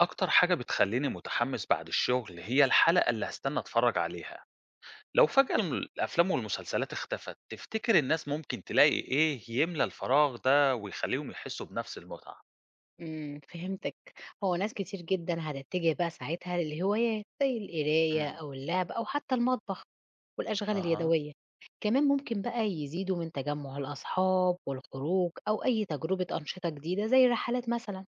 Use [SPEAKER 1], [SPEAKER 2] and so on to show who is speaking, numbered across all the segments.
[SPEAKER 1] أكتر حاجة بتخلّيني متحمس بعد الشغل هي الحلقة اللي هاستنى أتفرّج عليها، لو فجأة الأفلام والمسلسلات اختفت، تفتكر الناس ممكن تلاقي إيه يملى الفراغ ده ويخلّيهم يحسّوا بنفس المتعة؟
[SPEAKER 2] فهمتِك، هو ناس كتير جدًا هتتجه بقى ساعتها للهوايات زي القراية
[SPEAKER 1] إمم.
[SPEAKER 2] أو اللعب أو حتى المطبخ والأشغال
[SPEAKER 1] أها،
[SPEAKER 2] اليدوية، كمان ممكن بقى يزيدوا من تجمُّع الأصحاب والخروج أو أي تجربة أنشطة جديدة زي الرحلات مثلًا.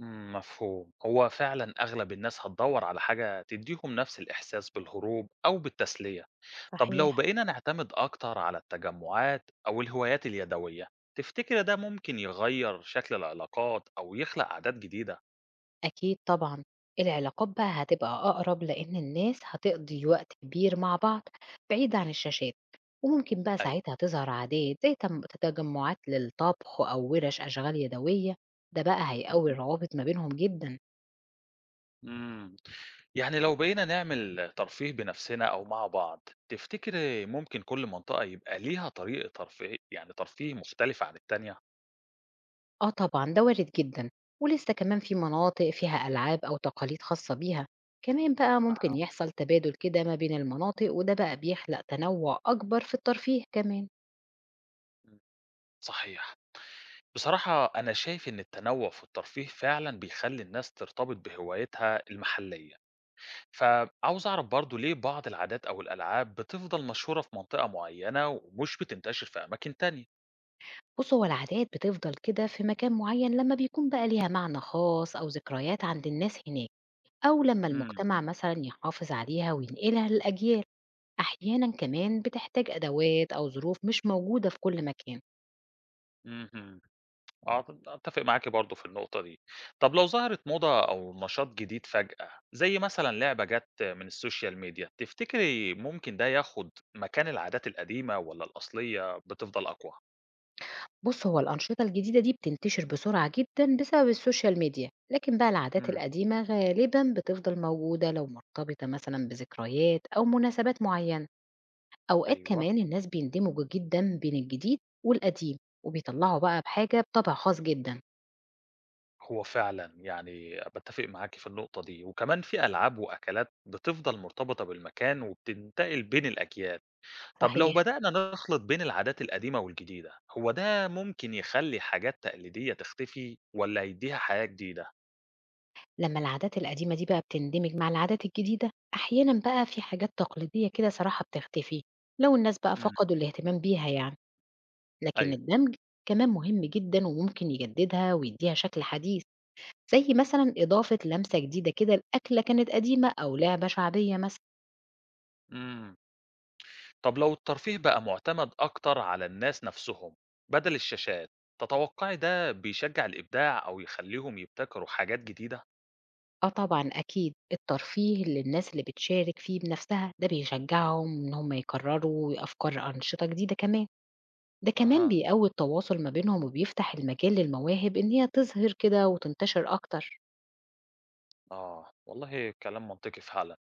[SPEAKER 1] مفهوم. هو فعلًا أغلب الناس هتدوّر على حاجة تدّيهم نفس الإحساس بالهروب أو بالتسلية. طب لو
[SPEAKER 2] صحيح.
[SPEAKER 1] بقينا نعتمد أكتر على التجمعات أو الهوايات اليدوية، تفتكر ده ممكن يغيّر شكل العلاقات أو يخلق عادات جديدة؟
[SPEAKER 2] أكيد طبعًا، العلاقات بقى هتبقى أقرب لإن الناس هتقضي وقت كبير مع بعض بعيد عن الشاشات، وممكن بقى ساعتها
[SPEAKER 1] أيوه.
[SPEAKER 2] تظهر عادات زي تجمعات للطبخ أو ورش أشغال يدوية، ده بقى هيقوي
[SPEAKER 1] اهم.
[SPEAKER 2] الروابط ما بينهم جدًا.
[SPEAKER 1] إمم. يعني لو بقينا نعمل ترفيه بنفسنا أو مع بعض، تفتكري ممكن كل منطقة يبقى ليها طريقة ترفيه مختلفة عن التانية؟
[SPEAKER 2] آه طبعًا ده وارد جدًا، ولسه كمان في مناطق فيها ألعاب أو تقاليد خاصة بيها، كمان بقى ممكن
[SPEAKER 1] أها،
[SPEAKER 2] يحصل تبادل كده ما بين المناطق وده بقى بيخلق تنوع أكبر في الترفيه كمان.
[SPEAKER 1] إمم، صحيح. بصراحة أنا شايف إن التنوُّع في الترفيه فعلًا بيخلّي الناس ترتبط بهوايتها المحلية، فعاوز أعرف برضه ليه بعض العادات أو الألعاب بتفضل مشهورة في منطقة معيّنة ومش بتنتشر في أماكن تانية؟
[SPEAKER 2] بص هو العادات بتفضل كده في مكان معين لما بيكون بقى ليها معنى خاص أو ذكريات عند الناس هناك، أو لما
[SPEAKER 1] إمم،
[SPEAKER 2] المجتمع مثلا يحافظ عليها وينقلها للأجيال. أحيانا كمان بتحتاج أدوات أو ظروف مش موجودة في كل مكان.
[SPEAKER 1] اهم. آه، أتّفق معاكِ برضه في النقطة دي. طب لو ظهرت موضة أو نشاط جديد فجأة، زي مثلًا لعبة جات من السوشيال ميديا، تفتكري ممكن ده ياخد مكان العادات القديمة والّا الأصلية بتفضل أقوى؟
[SPEAKER 2] بص هو الأنشطة الجديدة دي بتنتشر بسرعة جدا بسبب السوشيال ميديا، لكن بقى العادات
[SPEAKER 1] إمم،
[SPEAKER 2] القديمة غالبا بتفضل موجودة لو مرتبطة مثلا بذكريات أو مناسبات معينة. أوقات
[SPEAKER 1] أيوه،
[SPEAKER 2] كمان الناس بيندمجوا جدًا بين الجديد والقديم، وبيطلّعوا بقى بحاجة بطَبع خاص جدًا.
[SPEAKER 1] هو فعلًا يعني باتّفق معاكِ في النقطة دي، وكمان في ألعاب وأكلات بتفضل مرتبطة بالمكان وبتنتقل بين الأجيال. طب لو
[SPEAKER 2] صحيح.
[SPEAKER 1] بدأنا نخلط بين العادات القديمة والجديدة، هو ده ممكن يخلّي حاجات تقليدية تختفي والّا يدّيها حياة جديدة؟
[SPEAKER 2] لمّا العادات القديمة دي بقى بتندمج مع العادات الجديدة، أحيانًا بقى في حاجات تقليدية كده صراحة بتختفي، لو الناس بقى
[SPEAKER 1] إمم.
[SPEAKER 2] فقدوا الاهتمام بيها يعني، لكن
[SPEAKER 1] أيوه.
[SPEAKER 2] الدمج كمان مهم جدًا وممكن يجددها ويدّيها شكل حديث، زي مثلًا إضافة لمسة جديدة كده لأكلة كانت قديمة أو لعبة شعبية مثلًا.
[SPEAKER 1] إمم. طب لو الترفيه بقى مُعتمد أكتر على الناس نَفْسهم بدل الشاشات، تتوقّعي ده بيشجّع الإبداع أو يخلّيهم يبتكروا حاجات جديدة؟
[SPEAKER 2] آه طبعًا أكيد، الترفيه للناس اللي بتشارك فيه بنفسها، ده بيشجّعهم إن هم يكرّروا أفكار أنشطة جديدة كمان، ده كمان
[SPEAKER 1] أها،
[SPEAKER 2] بيقوّي التواصل ما بينهم وبيفتح المجال للمواهب إن هي تظهر كده وتنتشر أكتر.
[SPEAKER 1] آه. والله كلام منطقي فعلًا.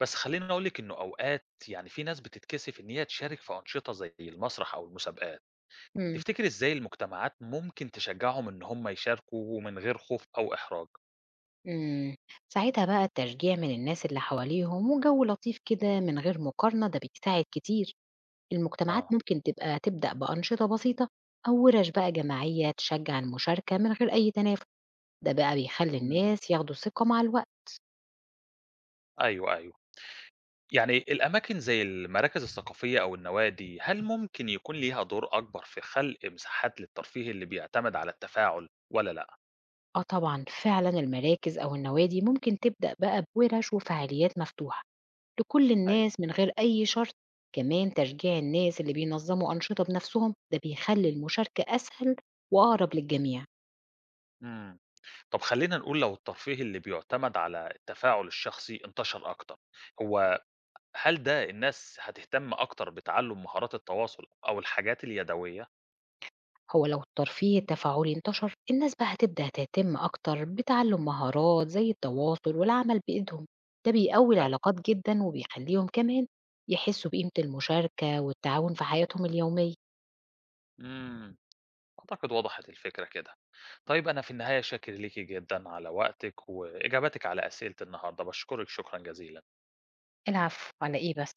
[SPEAKER 1] بس خلّيني أقول لِك إنه أوقات يعني في ناس بتتكسف إن هي تشارك في أنشطة زي المسرح أو المسابقات.
[SPEAKER 2] إمم،
[SPEAKER 1] تفتكري إزاي المجتمعات ممكن تشجّعهم إن هم يشاركوا من غير خوف أو إحراج؟
[SPEAKER 2] إمم، ساعتها بقى التشجيع من الناس اللي حواليهم وجَو لطيف كده من غير مقارنة ده بيساعد كتير. المجتمعات
[SPEAKER 1] آه.
[SPEAKER 2] ممكن تبقى تبدأ بأنشطة بسيطة أو وِرَش بقى جماعية تشجّع المشاركة من غير أي تنافُس، ده بقى بيخلّي
[SPEAKER 1] إمم.
[SPEAKER 2] الناس ياخدوا ثقة مع الوقت.
[SPEAKER 1] أيوه، أيوه. يعني الأماكن زي المراكز الثقافية أو النوادي، هل ممكن يكون ليها دور أكبر في خلق مساحات للترفيه اللي بيعتمد على التفاعل والّا لأ؟
[SPEAKER 2] آه طبعًا، فعلًا المراكز أو النوادي ممكن تبدأ بقى بورش وفعاليات مفتوحة لكل
[SPEAKER 1] أيوه.
[SPEAKER 2] الناس من غير أي شرط، كمان تشجيع الناس اللي بينظموا أنشطة بنفسهم ده بيخلّي المشاركة أسهل وأقرب للجميع،
[SPEAKER 1] إمم. طب خلّينا نقول لو الترفيه اللي بيعتمد على التفاعل الشخصي انتشر أكتر، هو هل ده الناس هتهتم أكتر بتعلُّم مهارات التواصل أو الحاجات اليدوية؟
[SPEAKER 2] هو لو الترفيه التفاعلي انتشر الناس بقى هتبدأ تهتم أكتر بتعلم مهارات زي التواصل والعمل بإيدهم، ده بيقوي
[SPEAKER 1] أيوه.
[SPEAKER 2] العلاقات جدًا وبيخلّيهم كمان يحسّوا بقيمة المشاركة والتعاون في حياتهم اليومية.
[SPEAKER 1] إمم. أعتقد وضحت الفكرة كده. طيب أنا في النهاية شاكر ليكِ جدًا على وقتِك وإجاباتِك على أسئلة النهارده، باشكرِك شكرًا جزيلًا.
[SPEAKER 2] العفو، على إيه بس.